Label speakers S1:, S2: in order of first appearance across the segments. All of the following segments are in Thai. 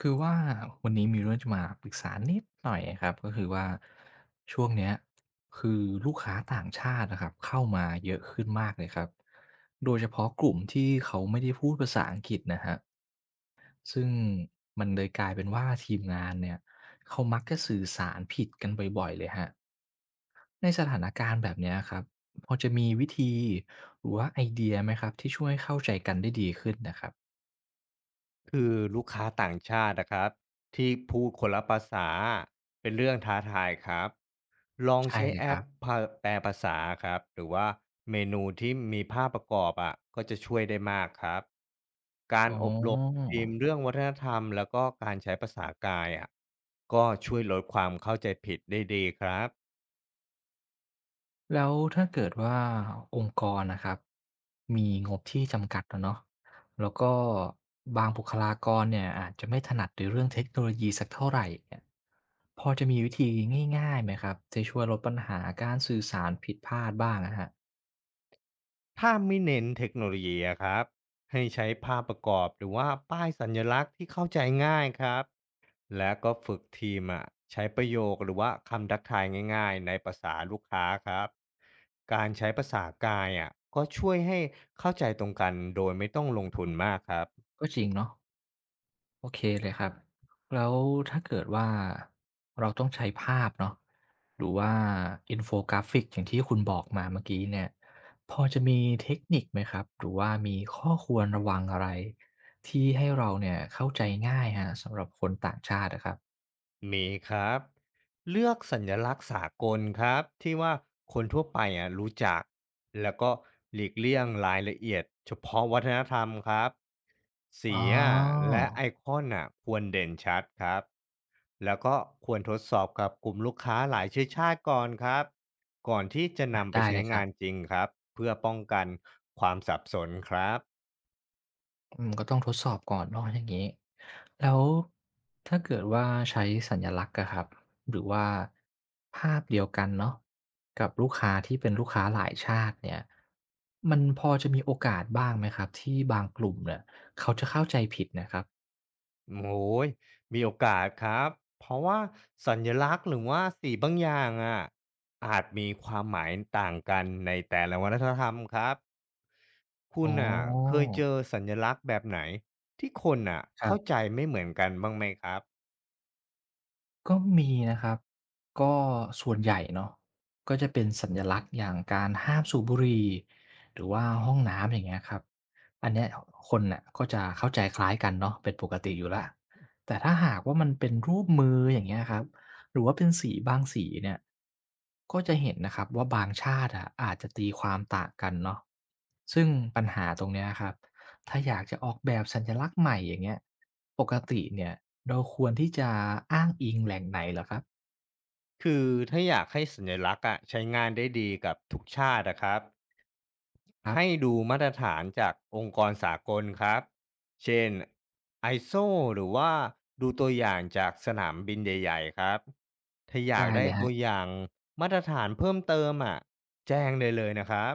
S1: คือว่าวันนี้มีเรื่องจะมาปรึกษานิดหน่อยครับก็คือว่าช่วงเนี้ยคือลูกค้าต่างชาตินะครับเข้ามาเยอะขึ้นมากเลยครับโดยเฉพาะกลุ่มที่เขาไม่ได้พูดภาษาอังกฤษนะฮะซึ่งมันเลยกลายเป็นว่าทีมงานเนี่ยเขามักจะสื่อสารผิดกันบ่อยๆเลยฮะในสถานการณ์แบบเนี้ยครับพอจะมีวิธีหรือว่าไอเดียไหมครับที่ช่วยเข้าใจกันได้ดีขึ้นนะครับ
S2: คือลูกค้าต่างชาตินะครับที่พูดคนละภาษาเป็นเรื่องท้าทายครับลอง
S1: ใช่
S2: ใช้
S1: เลย
S2: แอ
S1: ครั
S2: ป
S1: บ
S2: พาแปลภาษาครับหรือว่าเมนูที่มีภาพประกอบอ่ะก็จะช่วยได้มากครับการ
S1: อ๋อ
S2: อบรมทีมเรื่องวัฒนธรรมแล้วก็การใช้ภาษากายอ่ะก็ช่วยลดความเข้าใจผิดได้ดีครับ
S1: แล้วถ้าเกิดว่าองค์กรนะครับมีงบที่จำกัดอะเนาะแล้วก็บางบุคลากรเนี่ยอาจจะไม่ถนัดในเรื่องเทคโนโลยีสักเท่าไหรเนี่ยพอจะมีวิธีง่ายๆไหมครับจะช่วยลดปัญหาการสื่อสารผิดพลาดบ้างนะครับ
S2: ถ้าไม่เน้นเทคโนโลยีอะครับให้ใช้ภาพประกอบหรือว่าป้ายสัญลักษณ์ที่เข้าใจง่ายครับและก็ฝึกทีมอะใช้ประโยคหรือว่าคำทักทายง่ายๆในภาษาลูกค้าครับการใช้ภาษากายอะก็ช่วยให้เข้าใจตรงกันโดยไม่ต้องลงทุนมากครับ
S1: ก็จริงเนาะ โอเคเลยครับแล้วถ้าเกิดว่าเราต้องใช้ภาพเนาะหรือว่าอินโฟกราฟิกอย่างที่คุณบอกมาเมื่อกี้เนี่ยพอจะมีเทคนิคไหมครับหรือว่ามีข้อควรระวังอะไรที่ให้เราเนี่ยเข้าใจง่ายฮะสำหรับคนต่างชาตินะครับ
S2: มีครับเลือกสัญลักษณ์สากลครับที่ว่าคนทั่วไปอ่ะรู้จักแล้วก็หลีกเลี่ยงรายละเอียดเฉพาะวัฒนธรรมครับ
S1: อ๋
S2: สี
S1: อ
S2: อ่ะและไอคอนอ่ะควรเด่นชัดครับแล้วก็ควรทดสอบกับกลุ่มลูกค้าหลายเชื้อชาติก่อนครับก่อนที่จะ
S1: อะ
S2: นำไป
S1: ได้เล
S2: ใช้
S1: ยครั
S2: งาน
S1: บ
S2: จริงครับเพื่อป้องกันความสับสนครับ
S1: อืมก็ต้องทดสอบก่อนเนาะอย่างงี้แล้วถ้าเกิดว่าใช้สัญลักษณ์อะครับหรือว่าภาพเดียวกันเนาะกับลูกค้าที่เป็นลูกค้าหลายชาติเนี่ยมันพอจะมีโอกาสบ้างไหมครับที่บางกลุ่มเนี่ยเขาจะเข้าใจผิดนะครับ
S2: โอ้ยมีโอกาสครับเพราะว่าสัญลักษณ์หรือว่าสีบางอย่างอะอาจมีความหมายต่างกันในแต่ละวัฒนธรรมครับคุ
S1: อ๋อ
S2: ณอ่ะเคยเจอสัญลักษณ์แบบไหนที่คนอ่ะ
S1: ค
S2: เข้าใจ
S1: รับ
S2: ไม่เหมือนกันบ้างไหมครับ
S1: ก็มีนะครับก็ส่วนใหญ่เนาะก็จะเป็นสัญลักษณ์อย่างการห้ามสูบบุหรี่หรือว่าห้องน้ำอย่างเงี้ยครับอันเนี้ยคนน่ะก็จะเข้าใจคล้ายกันเนาะเป็นปกติอยู่และแต่ถ้าหากว่ามันเป็นรูปมืออย่างเงี้ยครับหรือว่าเป็นสีบางสีเนี่ยก็จะเห็นนะครับว่าบางชาติอะอาจจะตีความต่างกันเนาะซึ่งปัญหาตรงเนี้ยครับถ้าอยากจะออกแบบสัญลักษณ์ใหม่อย่างเงี้ย ปกติเนี่ยเราควรที่จะอ้างอิงแหล่งไหนเหรอครับ
S2: คือถ้าอยากให้สัญลักษณ์อะใช้งานได้ดีกับทุกชาตินะครับ
S1: ครั
S2: ให้
S1: บ
S2: ดูมาตรฐานจากองค์กรสากลครับ เช่น ISO หรือว่าดูตัวอย่างจากสนามบินใหญ่ๆครับ ถ้าอยาก
S1: ได้
S2: ได้
S1: เลยครั
S2: ตั
S1: บ
S2: วอย่างมาตรฐานเพิ่มเติมอ่ะแจ้งได้เลยนะครับ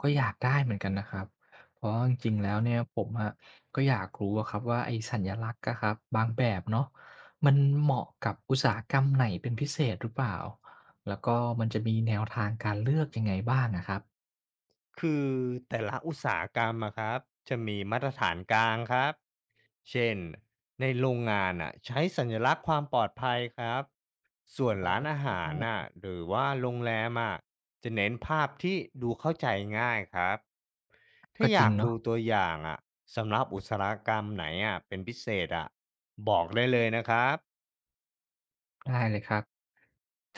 S1: ก็อยากได้เหมือนกันนะครับเพราะจริงๆแล้วเนี่ยผมอะก็อยากรู้อะครับว่าไอ้สัญลักษณ์อะครับบางแบบเนาะมันเหมาะกับอุตสาหกรรมไหนเป็นพิเศษหรือเปล่าแล้วก็มันจะมีแนวทางการเลือกยังไงบ้างอะครับ
S2: คือแต่ละอุตสาหกรรมอะครับจะมีมาตรฐานกลางครับเช่นในโรงงานอะใช้สัญลักษณ์ความปลอดภัยครับส่วน
S1: อ๋
S2: ร้านอา
S1: อ
S2: หารน่ะหรือว่าโรงแรมอะจะเน้นภาพที่ดูเข้าใจง่ายครับถ้า
S1: ก็จ
S2: อ
S1: ริง
S2: ยากดู
S1: เนาะ
S2: ตัวอย่างอะสำหรับอุตสาหกรรมไหนอะเป็นพิเศษอะบอกได้เลยนะครับ
S1: ได้เลยครับ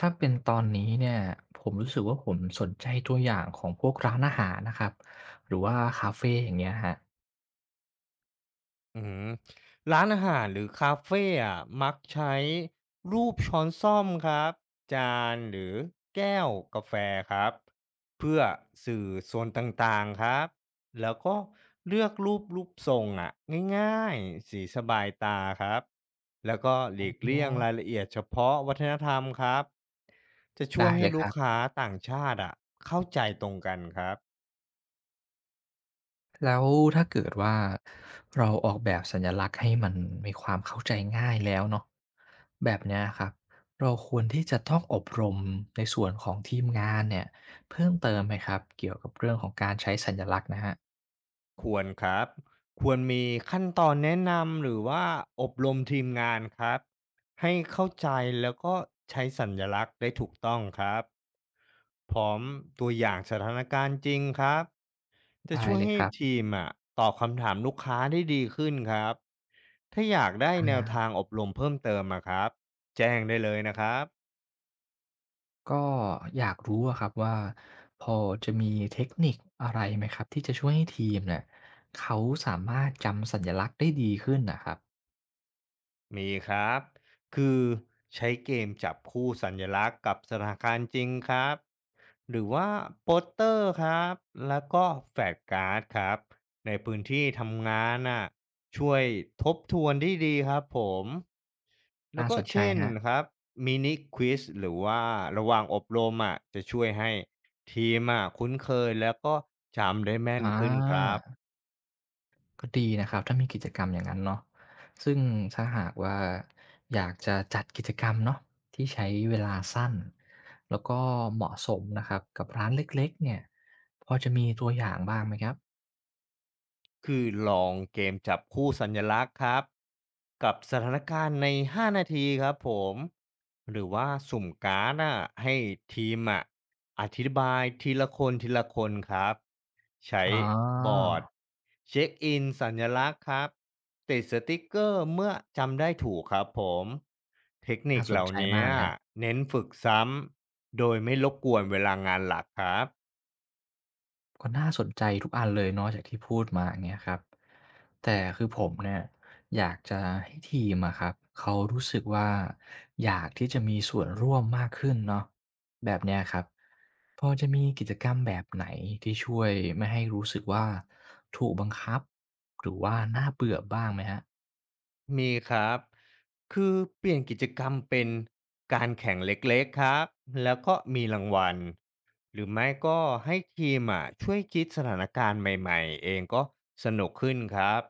S1: ถ้าเป็นตอนนี้เนี่ยผมรู้สึกว่าผมสนใจตัวอย่างของพวกร้านอาหารนะครับหรือว่าคาเฟอย่างเงี้ยครับ
S2: อืมร้านอาหารหรือคาเฟอะมักใช้รูปช้อนส้อมครับจานหรือแก้วกาแฟครับเพื่อสื่อส่วนต่างๆครับแล้วก็เลือกรูปทรงอ่ะง่ายๆสีสบายตาครับแล้วก็หลีก
S1: อ๋
S2: เลี่ยงราย
S1: อ
S2: ละเอียดเฉพาะวัฒนธรรมครับจะช่ว
S1: ได้
S2: ย
S1: เล
S2: ให้
S1: ยค
S2: ลูก
S1: รับ
S2: ค้าต่างชาติอ่ะเข้าใจตรงกันครับ
S1: แล้วถ้าเกิดว่าเราออกแบบสัญลักษณ์ให้มันมีความเข้าใจง่ายแล้วเนาะแบบเนี้ยครับเราควรที่จะต้องอบรมในส่วนของทีมงานเนี่ยเพิ่มเติมไหมครับเกี่ยวกับเรื่องของการใช้สัญลักษณ์นะครับ
S2: ควรครับ ควรมีขั้นตอนแนะนำหรือว่าอบรมทีมงานครับ ให้เข้าใจแล้วก็ใช้สัญลักษณ์ได้ถูกต้องครับ พร้อมตัวอย่างสถานการณ์จริงครับ จะ
S1: ได้
S2: ช่วย
S1: เลยค
S2: ให้
S1: รับ
S2: ทีมอะตอบคำถามลูกค้าได้ดีขึ้นครับ ถ้าอยากได้
S1: อ่
S2: แนว
S1: า
S2: ทางอบรมเพิ่มเติมอะครับแจ้งได้เลยนะครับ
S1: ก็อยากรู้อะครับว่าพอจะมีเทคนิคอะไรไหมครับที่จะช่วยให้ทีมเนี่ยเขาสามารถจำสัญลักษณ์ได้ดีขึ้นน่ะครับ
S2: มีครับคือใช้เกมจับคู่สัญลักษณ์กับสถานการณ์จริงครับหรือว่าโปสเตอร์ครับแล้วก็แฟกการ์ดครับในพื้นที่ทำงานน่ะช่วยทบทวนได้ดีครับผมแล้
S1: น่า
S2: วก็
S1: สนใจ
S2: เช่น
S1: ครั
S2: ค
S1: บ
S2: รับมินิควิสหรือว่าระหว่างอบรมอ่ะจะช่วยให้ทีมอ่ะคุ้นเคยแล้วก็จำได้แม่
S1: อ
S2: นขึ้นครับ
S1: า ก็ดีนะครับถ้ามีกิจกรรมอย่างนั้นเนาะซึ่งถ้าหากว่าอยากจะจัดกิจกรรมเนาะที่ใช้เวลาสั้นแล้วก็เหมาะสมนะครับกับร้านเล็กๆเนี่ยพอจะมีตัวอย่างบ้างไหมครับ
S2: คือลองเกมจับคู่สัญลักษณ์ครับกับสถานการณ์ใน5นาทีครับผมหรือว่าสุ่มการ์ดอะให้ทีมอะอธิบายทีละคนครับใช้
S1: อ๋
S2: บ
S1: อ
S2: อร์ดเช็คอินสัญลักษณ์ครับติดสติกเกอร์เมื่อจำได้ถูกครับผมเทคนิ
S1: น่า
S2: ค
S1: ส
S2: เห
S1: น
S2: ล่า
S1: ใจ
S2: นี้
S1: มากเลยครับ
S2: เน้นฝึกซ้ำโดยไม่รบกวนเวลางานหลักครับ
S1: ก็น่าสนใจทุกอันเลยเนาะจากที่พูดมาอย่างเงี้ยครับแต่คือผมเนี่ยอยากจะให้ทีมอะครับเขารู้สึกว่าอยากที่จะมีส่วนร่วมมากขึ้นเนาะแบบเนี้ยครับ พอจะมีกิจกรรมแบบไหนที่ช่วยไม่ให้รู้สึกว่าถูกบังคับหรือว่าน่าเบื่อบ้างไหมฮะ
S2: มีครับคือเปลี่ยนกิจกรรมเป็นการแข่งเล็กๆครับแล้วก็มีรางวัลหรือไม่ก็ให้ทีมอ่ะช่วยคิดสถานการณ์ใหม่ๆเองก็สนุกขึ้นครับ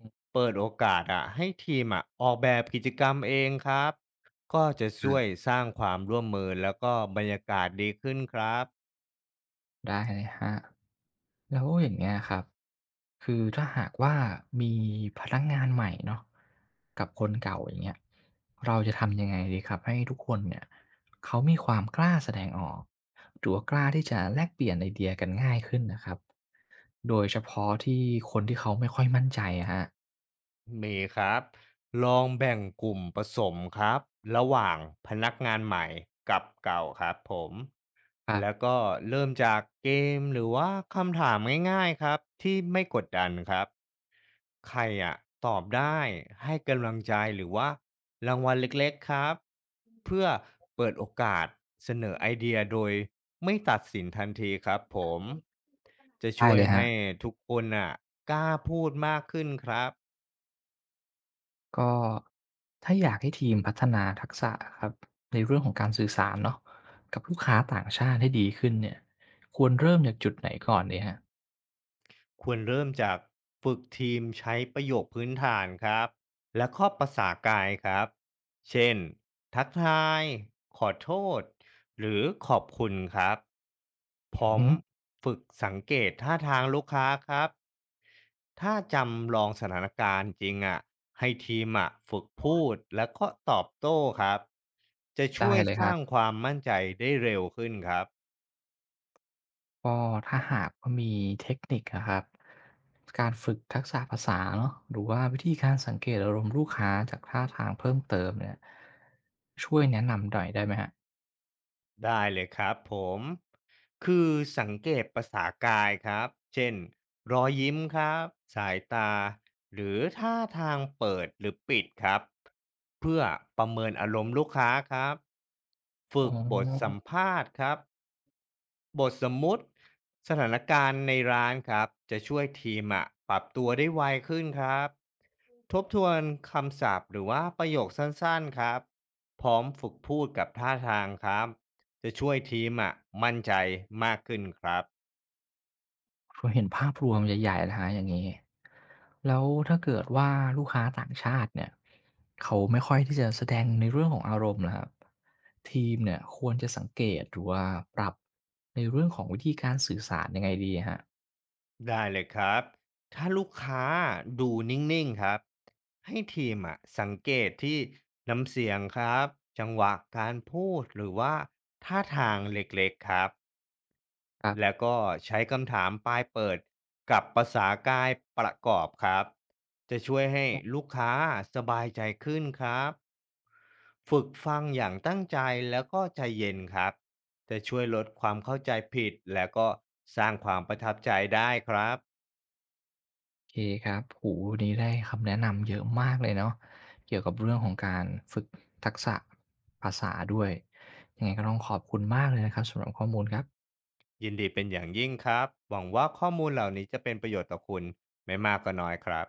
S1: อืม
S2: เปิดโอกาสอ่ะให้ทีมอ่ะออกแบบกิจกรรมเองครับก็จะ
S1: ครั
S2: ช่วย
S1: บ
S2: สร้างความร่วมมือแล้วก็บรรยากาศดีขึ้นครับ
S1: ได้เลยครับแล้วอย่างเงี้ยครับคือถ้าหากว่ามีพนักงานใหม่เนาะกับคนเก่าอย่างเงี้ยเราจะทำยังไงดีครับให้ทุกคนเนี่ยเขามีความกล้าแสดงออกหรือว่ากล้าที่จะแลกเปลี่ยนไอเดียกันง่ายขึ้นนะครับโดยเฉพาะที่คนที่เขาไม่ค่อยมั่นใจอะครับ
S2: มีครับลองแบ่งกลุ่มผสมครับระหว่างพนักงานใหม่กับเก่าครับผม
S1: ครั
S2: แล้ว
S1: บ
S2: ก็เริ่มจากเกมหรือว่าคำถามง่ายๆครับที่ไม่กดดันครับใครอะตอบได้ให้กำลังใจหรือว่ารางวัลเล็กๆครับเพื่อเปิดโอกาสเสนอไอเดียโดยไม่ตัดสินทันทีครับผมจะ
S1: ได้
S2: ช่วย
S1: เลยครั
S2: ให้
S1: บ
S2: ทุกคนอะกล้าพูดมากขึ้นครับ
S1: ก็ถ้าอยากให้ทีมพัฒนาทักษะครับในเรื่องของการสื่อสารเนาะกับลูกค้าต่างชาติให้ดีขึ้นเนี่ยควรเริ่มจากจุดไหนก่อนดีฮะ
S2: ควรเริ่มจากฝึกทีมใช้ประโยคพื้นฐานครับและข้อภาษากายครับเช่นทักทายขอโทษหรือขอบคุณครับ
S1: อื
S2: พ
S1: อ
S2: ร้อม
S1: ฮึ
S2: ฝึกสังเกตท่าทางลูกค้าครับถ้าจำลองสถานการณ์จริงอ่ะให้ทีมอ่ะฝึกพูดและก็ตอบโต้ครับจะช่
S1: ได้
S2: วย
S1: เลย
S2: ส
S1: ครั
S2: ร้างค
S1: บ
S2: วามมั่นใจได้เร็วขึ้นครับ
S1: ก็ถ้าหากว่ามีเทคนิคอะครับการฝึกทักษะภาษาเนาะหรือว่าวิธีการสังเกตอารมณ์ลูกค้าจากท่าทางเพิ่มเติมเนี่ยช่วยแนะนำหน่อยได้ไหมฮะ
S2: ได้เลยครับผมคือสังเกตภาษากายครับเช่นรอยยิ้มครับสายตาหรือท่าทางเปิดหรือปิดครับเพื่อประเมินอารมณ์ลูกค้าครับ
S1: อ๋
S2: ฝึ
S1: อ
S2: กบทสัมภาษณ์ครับ บทสมมุติสถานการณ์ในร้านครับจะช่วยทีมอะปรับตัวได้ไวขึ้นครับทบทวนคำศัพท์หรือว่าประโยคสั้นๆครับพร้อมฝึกพูดกับท่าทางครับจะช่วยทีมอะมั่นใจมากขึ้นครับ
S1: พอเห็นภาพรวมใหญ่ๆแะฮะครับอย่างงี้แล้วถ้าเกิดว่าลูกค้าต่างชาติเนี่ยเขาไม่ค่อยที่จะแสดงในเรื่องของอารมณ์ล่ะครับทีมเนี่ยควรจะสังเกตหรือว่าปรับในเรื่องของวิธีการสื่อสารยังไงดีอะครับ
S2: ได้เลยครับถ้าลูกค้าดูนิ่งๆครับให้ทีมอะสังเกตที่น้ำเสียงครับจังหวะการพูดหรือว่าท่าทางเล็กๆครับ
S1: ครั
S2: แล้ว
S1: บ
S2: ก็ใช้คำถามปลายเปิดกับภาษากายประกอบครับจะช่วยให้ลูกค้าสบายใจขึ้นครับฝึกฟังอย่างตั้งใจแล้วก็ใจเย็นครับจะช่วยลดความเข้าใจผิดแล้วก็สร้างความประทับใจได้ครับ
S1: โอเคครับโอ้โฮวันนี้ได้คำแนะนำเยอะมากเลยเนาะเกี่ยวกับเรื่องของการฝึกทักษะภาษาด้วยยังไงก็ต้องขอบคุณมากเลยนะครับสำหรับข้อมูลครับ
S2: ยินดีเป็นอย่างยิ่งครับหวังว่าข้อมูลเหล่านี้จะเป็นประโยชน์ต่อคุณไม่มากก็น้อยครับ